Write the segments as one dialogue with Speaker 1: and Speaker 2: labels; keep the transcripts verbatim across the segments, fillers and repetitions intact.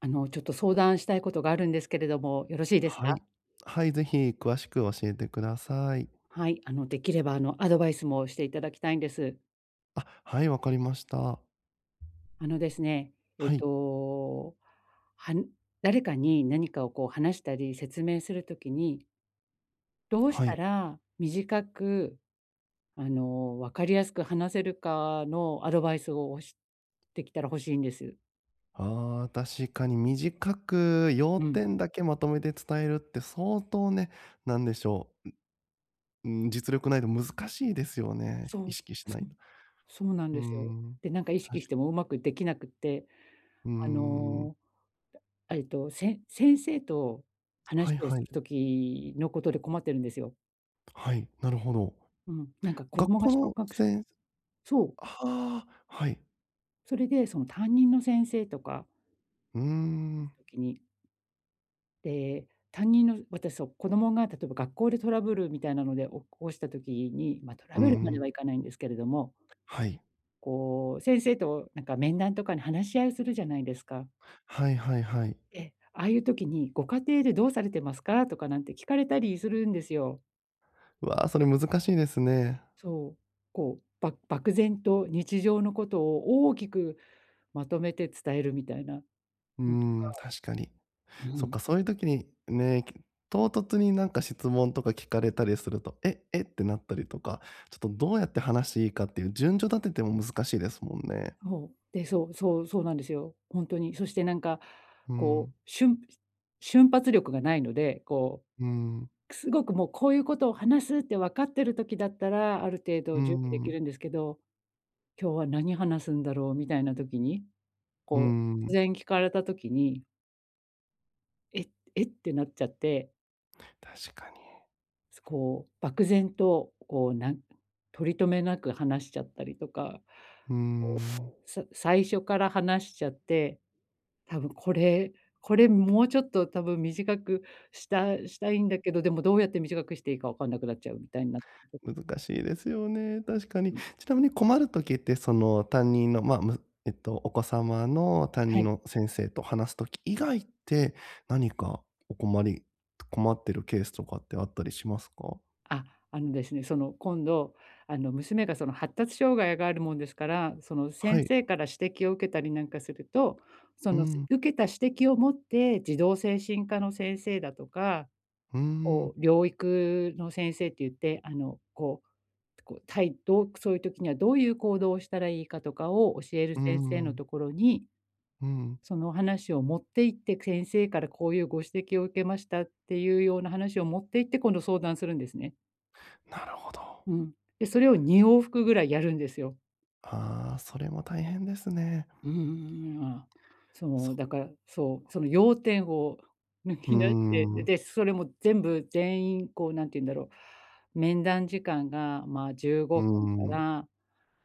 Speaker 1: あの、ちょっと相談したいことがあるんですけれども、よろしいです
Speaker 2: は
Speaker 1: か？
Speaker 2: い。はい、ぜひ詳しく教えてください。
Speaker 1: はい、あの、できれば、あの、アドバイスもしていただきたいんです。
Speaker 2: あ、はい、わかりました。
Speaker 1: あのですね、えっ
Speaker 2: はい、
Speaker 1: と、はん誰かに何かをこう話したり説明するときに、どうし
Speaker 2: は
Speaker 1: た
Speaker 2: い。
Speaker 1: ら短く、あの、分かりやすく話せるかのアドバイスを、しできたら欲しいんです。
Speaker 2: ああ、確かに短く要
Speaker 1: うん。
Speaker 2: 点だけまとめて伝えるって相当ね、なんでしょう、うん、実力ないと難しいですよね、
Speaker 1: そ
Speaker 2: 意
Speaker 1: う、
Speaker 2: 識しな
Speaker 1: そ
Speaker 2: い
Speaker 1: う、
Speaker 2: と。
Speaker 1: そうなん
Speaker 2: うー
Speaker 1: ですよ。
Speaker 2: ん、
Speaker 1: で、なんか意
Speaker 2: 確
Speaker 1: 識して
Speaker 2: か
Speaker 1: もうまくできなくって、
Speaker 2: うー
Speaker 1: あ
Speaker 2: ん、
Speaker 1: のあ、えっと、せん先生と
Speaker 2: はい
Speaker 1: 話を
Speaker 2: は
Speaker 1: す
Speaker 2: い、
Speaker 1: る時のことで困ってるんですよ。
Speaker 2: はい、なるほど。
Speaker 1: うん、なんか子
Speaker 2: 学
Speaker 1: 供が
Speaker 2: 校
Speaker 1: 小
Speaker 2: の
Speaker 1: 学生、
Speaker 2: 先生
Speaker 1: そう、
Speaker 2: はあ、はい。
Speaker 1: それでその担任の先生とか
Speaker 2: うーん、
Speaker 1: 時に、で、担任の私、そう、子供が例えば学校でトラブルみたいなので、お起こした時に、ま、トラ
Speaker 2: うー
Speaker 1: ブルまで
Speaker 2: ん、
Speaker 1: はいかないんですけれども、
Speaker 2: はい。
Speaker 1: こう先生となんか面談とかに話し合いをするじゃないですか。
Speaker 2: はいはいはい。
Speaker 1: で、ああいう時に「ご家庭でどうされてますか？」とかなんて聞かれたりするんですよ。
Speaker 2: うわあ、それ難しいですね。
Speaker 1: そう、こう、ば漠然と日常のことを大きくまとめて伝えるみたいな
Speaker 2: うー
Speaker 1: のと
Speaker 2: ん、
Speaker 1: か、
Speaker 2: 確かに。
Speaker 1: う
Speaker 2: そっ
Speaker 1: ん、
Speaker 2: か、そういう時にね、き唐突になんか質問とか聞かれたりすると、え、えってなったりとか、ちょっとどうやって話していいかっていう順序立てても難しいですもんね。
Speaker 1: そう、で、そうそうそうなんですよ。ほんとに。そしてなんか、
Speaker 2: う
Speaker 1: こ
Speaker 2: ん、
Speaker 1: う、しゅん瞬発力がないので、こ
Speaker 2: うん、
Speaker 1: う、すごくもうこういうことを話すって分かってる時だったら、ある程
Speaker 2: う
Speaker 1: 度準備でき
Speaker 2: ん、
Speaker 1: るんですけど、今日は何話すんだろうみたいな時に、
Speaker 2: う
Speaker 1: こう、突
Speaker 2: ん、
Speaker 1: 然聞かれた時に、ええってなっちゃって、
Speaker 2: 確かに。
Speaker 1: こう、漠然と、こう、なん取り留めなく話しちゃったりとか、
Speaker 2: うーん。
Speaker 1: さ最初から話しちゃって、多分これこれもうちょっと多分短くしたしたいんだけど、でもどうやって短くしていいか分かんなくなっちゃうみたいにな
Speaker 2: 難しいですよね、確かに。
Speaker 1: って、
Speaker 2: ちなみに困る時って、その、担任の、まあ、むえっと、お子様の担
Speaker 1: は
Speaker 2: 任
Speaker 1: い。
Speaker 2: の先生と話す時以外って、何かお困り困ってるケースとかってあったりしますか？
Speaker 1: あ、あのですね、その今度、あの、娘がその発達障害があるもんですから、その先
Speaker 2: はい。
Speaker 1: 生から指摘を受けたりなんかすると、そ
Speaker 2: う
Speaker 1: の、
Speaker 2: ん。
Speaker 1: 受けた指摘を持って、児童精神科の先生だとか、
Speaker 2: うー
Speaker 1: こ
Speaker 2: ん。
Speaker 1: う療育の先生って言って、あの、こう、こう、たいどうそういう時にはどういう行動をしたらいいかとかを教える
Speaker 2: うー
Speaker 1: 先生の
Speaker 2: ん。
Speaker 1: ところに、
Speaker 2: うん。
Speaker 1: その話を持って行って、先生からこういうご指摘を受けましたっていうような話を持って行って、今度相談するんですね。
Speaker 2: なるほど。
Speaker 1: うん。で、それをに往復ぐらいやるんですよ。
Speaker 2: ああ、それも大変ですね。
Speaker 1: うーん、ああ、そう、
Speaker 2: そ
Speaker 1: だから、そう、その要点を抜
Speaker 2: う
Speaker 1: き出して、
Speaker 2: ん。
Speaker 1: で、それも全部全員こうなんて言うんだろう、面談時間が、まあ、15
Speaker 2: う
Speaker 1: 分か
Speaker 2: ん。
Speaker 1: ら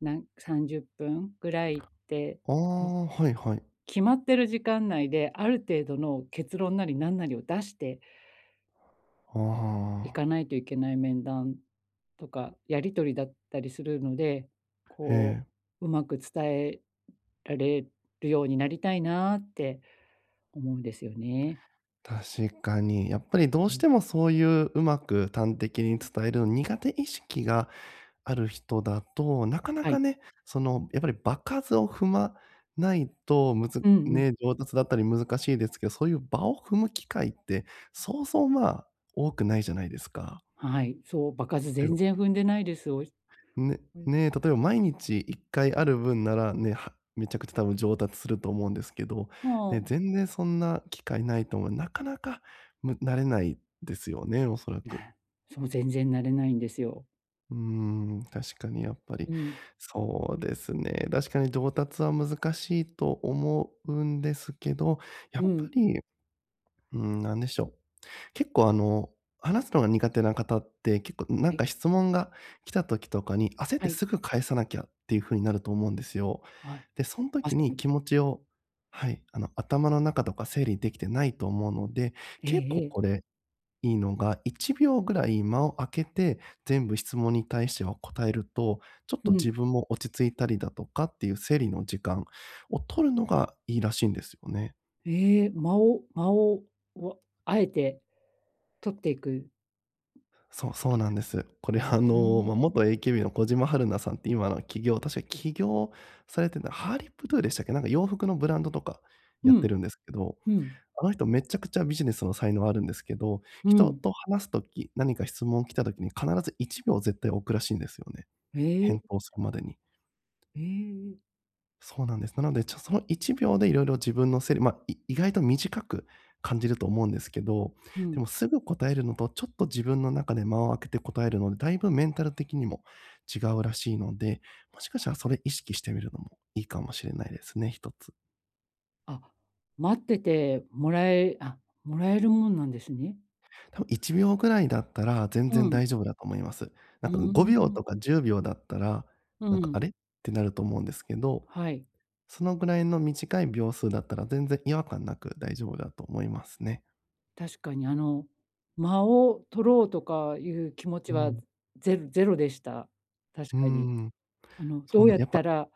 Speaker 1: なんさんじゅっぷんぐらいって、
Speaker 2: あ
Speaker 1: い
Speaker 2: あ、はいはい。
Speaker 1: 決まってる時間内で、ある程度の結論なりなんなりを出して
Speaker 2: あ
Speaker 1: いか
Speaker 2: あ。
Speaker 1: ないといけない面談とか、やり取りだったりするので、
Speaker 2: え
Speaker 1: こ
Speaker 2: え。
Speaker 1: う、うまく伝えられるようになりたいなって思うんですよね。
Speaker 2: 確かに。やっぱりどう
Speaker 1: う
Speaker 2: し
Speaker 1: ん、
Speaker 2: てもそういううまく端的に
Speaker 1: うん。
Speaker 2: 伝えるの苦手意識がある人だと、なかな
Speaker 1: は
Speaker 2: か
Speaker 1: い。
Speaker 2: ね、その、やっぱり場数を踏まないと、むず
Speaker 1: うんうん、
Speaker 2: ね、上達だったり難しいですけど、そういう場を踏む機会って、そうそう、まあ、多くないじゃないですか。
Speaker 1: はい。そう、場数全然踏んでないです。
Speaker 2: ね、
Speaker 1: おい
Speaker 2: ね、例えば毎日いっかいある分ならね、はめちゃくちゃ多分上達すると思うんですけど、
Speaker 1: も
Speaker 2: ね、
Speaker 1: う、
Speaker 2: 全然そんな機会ないと思う。なかなか、む慣れないですよね、おそらく。
Speaker 1: そう、全然慣れないんですよ。
Speaker 2: うーん、確かにやっぱり。
Speaker 1: うん、
Speaker 2: そうですね。確かに上達は難しいと思うんですけど、やっ
Speaker 1: う
Speaker 2: ぱ
Speaker 1: ん。
Speaker 2: り、うーん、なんでしょう。結構あの、話すのが苦手な方って、結構な
Speaker 1: は
Speaker 2: ん
Speaker 1: い、
Speaker 2: か質問が来た時とかに、焦っ
Speaker 1: は
Speaker 2: て
Speaker 1: い、
Speaker 2: すぐ返さなきゃっていう風になると思うんですよ。
Speaker 1: はい。
Speaker 2: で、その
Speaker 1: ま
Speaker 2: 時
Speaker 1: さ
Speaker 2: に
Speaker 1: に。
Speaker 2: 気持ちを、はい、あの、頭の中とか整理できてないと思うので、
Speaker 1: え
Speaker 2: 結
Speaker 1: え
Speaker 2: 構
Speaker 1: ええ。
Speaker 2: これいいのが、いちびょうぐらい間を空けて、全部質問に対しては答えると、ちょっ
Speaker 1: う
Speaker 2: と
Speaker 1: ん。
Speaker 2: 自分も落ち着いたりだとかっていう整理の時間を取るのがいいらしいんですよね。
Speaker 1: ええ、間を間を、わあえて取っていく。
Speaker 2: そう、そうなんです。これ
Speaker 1: へ
Speaker 2: あの、
Speaker 1: え。
Speaker 2: ま、元 エーケービー の小島春菜さんって、今の起業、確か起業されてたハーリップトゥーでしたっけ？なんか洋服のブランドとか
Speaker 1: う
Speaker 2: やって
Speaker 1: ん、
Speaker 2: るんですけど、
Speaker 1: うん、
Speaker 2: あの人めちゃくちゃビジネスの才能あるんですけど、
Speaker 1: う
Speaker 2: 人
Speaker 1: ん。
Speaker 2: と話す時、何か質問来た時に必ずいちびょう絶対置くらしいんですよね、
Speaker 1: え
Speaker 2: 返
Speaker 1: え、
Speaker 2: 答するまでに。
Speaker 1: ええ。
Speaker 2: そうなんです。なので、ちょそのいちびょうでいろいろ自分のセリまあ、い意外と短く感じると思うんですけど、
Speaker 1: うん。
Speaker 2: でもすぐ答えるのと、ちょっと自分の中で間を空けて答えるので、だいぶメンタル的にも違うらしいので、もしかしたらそれ意識してみるのもいいかもしれないですね、一つ。
Speaker 1: あ、待っててもらえあ、もらえるもんなんですね。
Speaker 2: 多分いちびょうぐらいだったら全
Speaker 1: う
Speaker 2: 然
Speaker 1: ん。
Speaker 2: 大丈夫だと思います。
Speaker 1: う
Speaker 2: なんか
Speaker 1: ー
Speaker 2: ごびょう
Speaker 1: ん。
Speaker 2: とかじゅうびょうだったら、
Speaker 1: う
Speaker 2: なんか、
Speaker 1: ん。
Speaker 2: あれ？ってなると思うんですけど、
Speaker 1: はい。
Speaker 2: そのぐらいの短い秒数だったら全然違和感なく大丈夫だと思いますね。
Speaker 1: 確かにあの、間を取ろうとかいう気持ち
Speaker 2: う
Speaker 1: は
Speaker 2: ん。
Speaker 1: ゼロゼロでした。確
Speaker 2: うー
Speaker 1: かに。
Speaker 2: ん、
Speaker 1: あの、
Speaker 2: そ
Speaker 1: ど
Speaker 2: う
Speaker 1: う
Speaker 2: な
Speaker 1: やっ
Speaker 2: やっぱ
Speaker 1: たら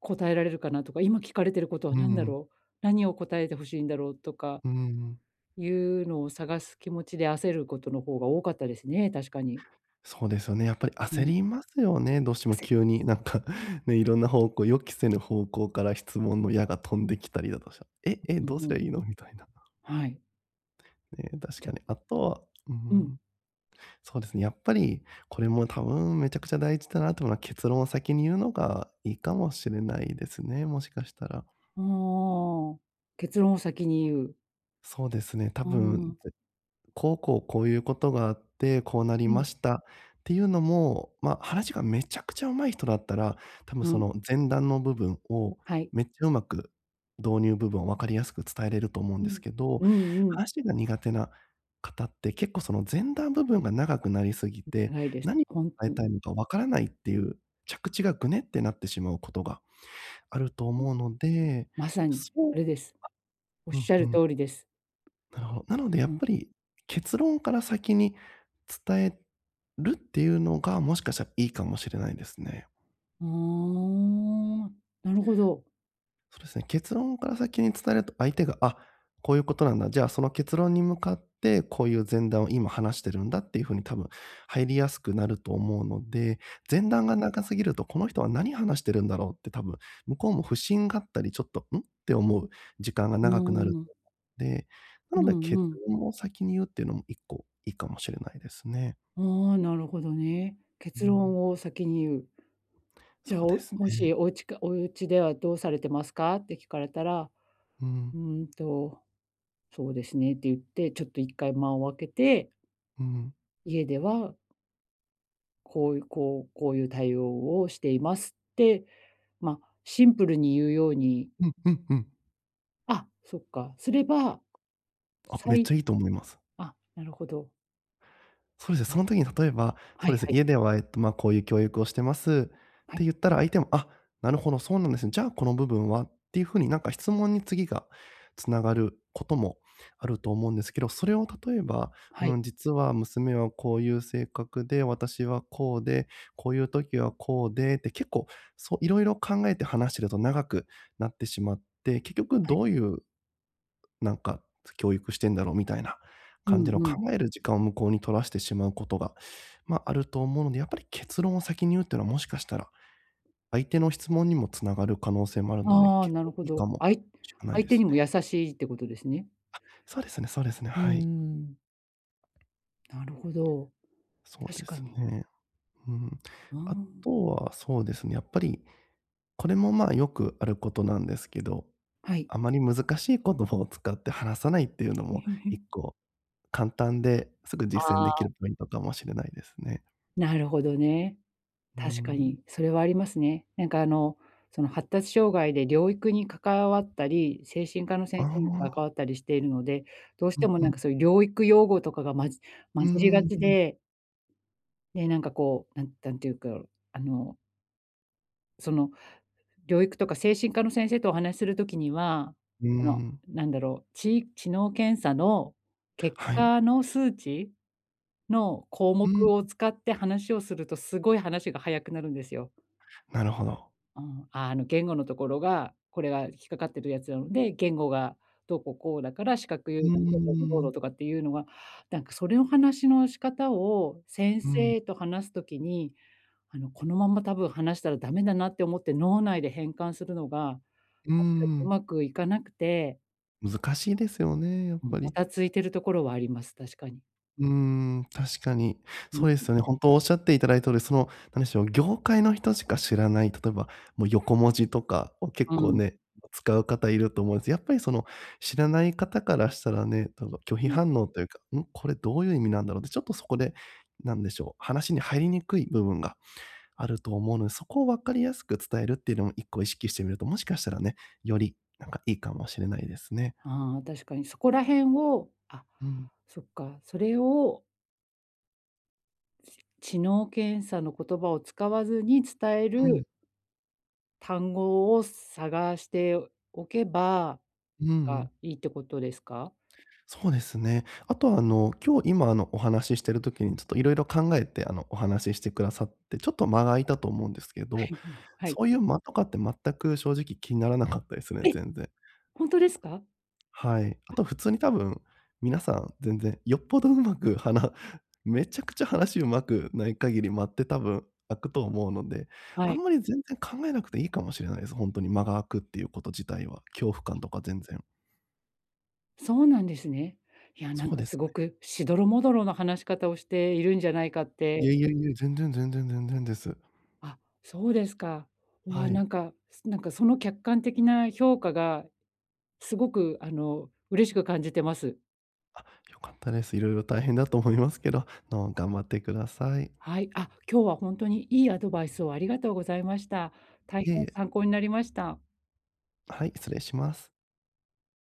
Speaker 1: 答えられるかなとか、今聞かれてることは
Speaker 2: う
Speaker 1: 何だ
Speaker 2: ん、
Speaker 1: ろう、何を答えてほしいんだろうとか
Speaker 2: うん。
Speaker 1: いうのを探す気持ちで焦ることの方が多かったですね、確かに。
Speaker 2: そうですよね。やっぱり
Speaker 1: う
Speaker 2: 焦
Speaker 1: ん。
Speaker 2: りますよね、どうしても
Speaker 1: 焦り
Speaker 2: 急になんかね、いろんな方向、予期せぬ方向から質問の矢が飛んできたりだとしたら、え、え、
Speaker 1: う
Speaker 2: どう
Speaker 1: ん、
Speaker 2: す
Speaker 1: う
Speaker 2: り
Speaker 1: ん。
Speaker 2: ゃいいのみたいな。
Speaker 1: はい。
Speaker 2: ね、確
Speaker 1: じ
Speaker 2: か
Speaker 1: ゃ
Speaker 2: に。あとはうー
Speaker 1: うん。
Speaker 2: ん、そうですね、やっぱりこれも多分めちゃくちゃ大事だなと思うのは、結論を先に言うのがいいかもしれないですね、もしかしたら。
Speaker 1: ああ。結論を先に言う。
Speaker 2: そうですね、多
Speaker 1: あ
Speaker 2: 分
Speaker 1: あ。
Speaker 2: こうこうこういうことがあって、こうなり
Speaker 1: う
Speaker 2: ま
Speaker 1: ん。
Speaker 2: したっていうのも、まあ、話がめちゃくちゃ上手い人だったら、多分
Speaker 1: う
Speaker 2: そ
Speaker 1: ん。
Speaker 2: の前段の部分を
Speaker 1: はい。
Speaker 2: めっちゃうまく導入部分を分かりやすく伝えれると思うん
Speaker 1: う
Speaker 2: です
Speaker 1: ん。
Speaker 2: けど、
Speaker 1: うんうん。
Speaker 2: 話が苦手な方って結構その前段部分が長くなりすぎて、
Speaker 1: 長いです。
Speaker 2: 何を
Speaker 1: ほん
Speaker 2: 伝
Speaker 1: と
Speaker 2: え
Speaker 1: に。
Speaker 2: たいのか分からないっていう着地がぐねってなってしまうことがあると思うので、
Speaker 1: まさに、
Speaker 2: そ
Speaker 1: あれです。おっ
Speaker 2: うう
Speaker 1: し
Speaker 2: ん
Speaker 1: ゃ
Speaker 2: う
Speaker 1: る
Speaker 2: ん。
Speaker 1: 通りです。
Speaker 2: なるほど。なのでや
Speaker 1: う
Speaker 2: っ
Speaker 1: ん。
Speaker 2: ぱり、結論から先に伝えるっていうのが、もしかしたらいいかもしれないですね。
Speaker 1: ああ、なるほど。
Speaker 2: そうですね、結論から先に伝えると、相手が、あ、こういうことなんだ、じゃあその結論に向かって、こういう前段を今話してるんだっていう風に多分入りやすくなると思うので、前段が長すぎると、この人は何話してるんだろうって多分、向こうも不審があったり、ちょっと、ん？って思う時間が
Speaker 1: う
Speaker 2: 長くなる
Speaker 1: ーん。
Speaker 2: ので、な
Speaker 1: う
Speaker 2: ので
Speaker 1: ん
Speaker 2: 結
Speaker 1: うん。
Speaker 2: 論を先に言うっていうのも一個いいかもしれないですね。
Speaker 1: ああ、なるほどね。
Speaker 2: う
Speaker 1: 結
Speaker 2: ん。
Speaker 1: 論を先に言う。じ
Speaker 2: そ
Speaker 1: ゃあ、
Speaker 2: うで
Speaker 1: お
Speaker 2: す
Speaker 1: もし
Speaker 2: ね。
Speaker 1: お家かお家ではどうされてますかって聞かれたら、
Speaker 2: うん、
Speaker 1: うーんと、そうですねって言って、ちょっといっかいまを空けて、
Speaker 2: うん。
Speaker 1: 家ではこういうこうこういう対応をしていますって、ま、シンプルに言うように、
Speaker 2: うんうんうん。
Speaker 1: あ、そっか、すれば、
Speaker 2: あ、
Speaker 1: さ
Speaker 2: めっ
Speaker 1: い
Speaker 2: ちゃいいと思います。
Speaker 1: あ、なるほど。
Speaker 2: そうですね、その時に例えば、
Speaker 1: は
Speaker 2: そ
Speaker 1: い
Speaker 2: うです
Speaker 1: は
Speaker 2: ね、
Speaker 1: い。
Speaker 2: 家では、えっと、まあ、こういう教育をしてますっ
Speaker 1: は
Speaker 2: て
Speaker 1: い。
Speaker 2: 言ったら、相手も、あ、なるほど、そうなんですね。じゃあ、この部分はっていうふうになんか質問に次がつながることもあると思うんですけど、それを例えば、
Speaker 1: はい。
Speaker 2: うん、実は娘はこういう性格で、私はこうで、こういう時はこうでって結構、そう、いろいろ考えて話してると長くなってしまって、結局
Speaker 1: はい。
Speaker 2: どういうなんか、教育してんだろうみたいな
Speaker 1: う
Speaker 2: 感じの
Speaker 1: んうん。
Speaker 2: 考える時間を向こうに取らしてしまうことが、まあ、あると思うので、やっぱり結論を先に言うっていうのはもしかしたら、相手の質問にもつながる可能性もあるので、
Speaker 1: ああ、
Speaker 2: 結
Speaker 1: な
Speaker 2: 構
Speaker 1: るほ
Speaker 2: いい
Speaker 1: ど。
Speaker 2: かも
Speaker 1: あい
Speaker 2: しれない
Speaker 1: 相
Speaker 2: で
Speaker 1: 手
Speaker 2: す
Speaker 1: にも
Speaker 2: ね。
Speaker 1: 優しいってことですね。
Speaker 2: そうですね、そうですね、
Speaker 1: うー
Speaker 2: はい。
Speaker 1: ん。なるほど。
Speaker 2: そう
Speaker 1: 確
Speaker 2: で
Speaker 1: か
Speaker 2: す
Speaker 1: に。
Speaker 2: ね。うん。
Speaker 1: あ
Speaker 2: あとはそうですね、やっぱり、これも、まあ、よくあることなんですけど、
Speaker 1: あ、はい。
Speaker 2: あまり難しい言葉を使って話さないっていうのも、一 個簡単ですぐ
Speaker 1: あ
Speaker 2: 実践で
Speaker 1: あ、
Speaker 2: きるポイントかもしれないですね。
Speaker 1: なるほどね。
Speaker 2: うー
Speaker 1: 確か
Speaker 2: ん、
Speaker 1: に、それはありますね。なんかあの、その発達障害で療育に関わったり、精神科の
Speaker 2: あ
Speaker 1: 先
Speaker 2: あ、
Speaker 1: 生に関わったりしているので、どうし
Speaker 2: う
Speaker 1: て
Speaker 2: ん
Speaker 1: も
Speaker 2: う
Speaker 1: なん
Speaker 2: ん。
Speaker 1: かそういう療育用語とかがまじ
Speaker 2: う
Speaker 1: 混じりが
Speaker 2: ー
Speaker 1: ち
Speaker 2: ん、
Speaker 1: で、で、なんかこう、なんなんていうか、あの、その療育とか精神科の先生とお話しするときには、
Speaker 2: うー
Speaker 1: その、
Speaker 2: ん、
Speaker 1: なんだろう、知知能検査の結
Speaker 2: はい。
Speaker 1: 果の数値の項
Speaker 2: う
Speaker 1: 目
Speaker 2: ん、
Speaker 1: を使って話をすると、すごい話が早くなるんですよ。
Speaker 2: なるほど。
Speaker 1: うん、あ、あの、言語のところが、これが引っかかってるやつなので、言語がどうこうこうだから、視覚優
Speaker 2: う
Speaker 1: 位なのでどうのどう
Speaker 2: ー
Speaker 1: の
Speaker 2: ん、
Speaker 1: とかっていうのが、なんかそれの話の仕方を先
Speaker 2: うん、
Speaker 1: 生と話すときに、あの、このまま多分話したらダメだなって思って、脳内で変換するのが
Speaker 2: うー
Speaker 1: 確かにう
Speaker 2: ん。
Speaker 1: まくいかなくて、
Speaker 2: 難しいですよね、やっ
Speaker 1: うん。も
Speaker 2: ぱり。
Speaker 1: たついてるところはあります、確かに。
Speaker 2: うーん、確かに。
Speaker 1: うん。
Speaker 2: そうですよね、ほんとおっしゃっていただいた通り、その、なんでしょう、業界の人しか知らない、例えば、もう横文字とかを結
Speaker 1: う
Speaker 2: 構
Speaker 1: ん、
Speaker 2: ね、使う方いると思うんです。やっぱりその、知らない方からしたらね、たぶん拒
Speaker 1: う
Speaker 2: 否
Speaker 1: ん。
Speaker 2: 反応というか、ん、これどういう意味なんだろうって、ちょっとそこで、なんでしょう、話に入りにくい部分があると思うので、そこを分かりやすく伝えるっていうのも一個意識してみると、もしかしたらね、よりなんかいいかもしれないですね。
Speaker 1: ああ、確かにそこら辺を、あ、
Speaker 2: うん、
Speaker 1: そっか、それを知能検査の言葉を使わずに伝え
Speaker 2: うん、
Speaker 1: る単語を探しておけば
Speaker 2: うんう
Speaker 1: が
Speaker 2: ん。
Speaker 1: いいってことですか？
Speaker 2: そうですね。あとはあの、今日今あの、お話ししてる時にちょっといろいろ考えてあの、お話ししてくださって、ちょっと間が空いたと思うんですけど、
Speaker 1: はい、ま、はい。
Speaker 2: そういう間とかって全く正直気にならなかったですね、
Speaker 1: え、
Speaker 2: 全然。
Speaker 1: ほんとですか？
Speaker 2: はい。あと普通に多分、皆さん全然よっぽどうまく話 めちゃくちゃ話うまくない限り間って多分開くと思うので、
Speaker 1: は
Speaker 2: あん
Speaker 1: い。
Speaker 2: まり全然考えなくていいかもしれないです。本当に間が開くっていうこと自体は、恐怖感とか全然。
Speaker 1: そうなんですね。いや、な
Speaker 2: そ
Speaker 1: ん
Speaker 2: う
Speaker 1: か
Speaker 2: で
Speaker 1: す
Speaker 2: す
Speaker 1: ご
Speaker 2: ね。
Speaker 1: くしどろもどろの話し方をしているんじゃないかっ
Speaker 2: い
Speaker 1: て、
Speaker 2: やいやいや、全然全然全然です。
Speaker 1: あ、そうですか。うわあ、
Speaker 2: は
Speaker 1: んな
Speaker 2: い。
Speaker 1: んか、すなんかその客観的な評価がすごくあの、嬉しく感じてます。
Speaker 2: あ、良かったです。いろいろ大変だと思いますけど、あの、頑張ってください。
Speaker 1: はい。あ、今日は本当にいいアドバイスをありがとうございました。大
Speaker 2: いえい
Speaker 1: 変
Speaker 2: え、
Speaker 1: 参考になりました。
Speaker 2: はい、失礼します。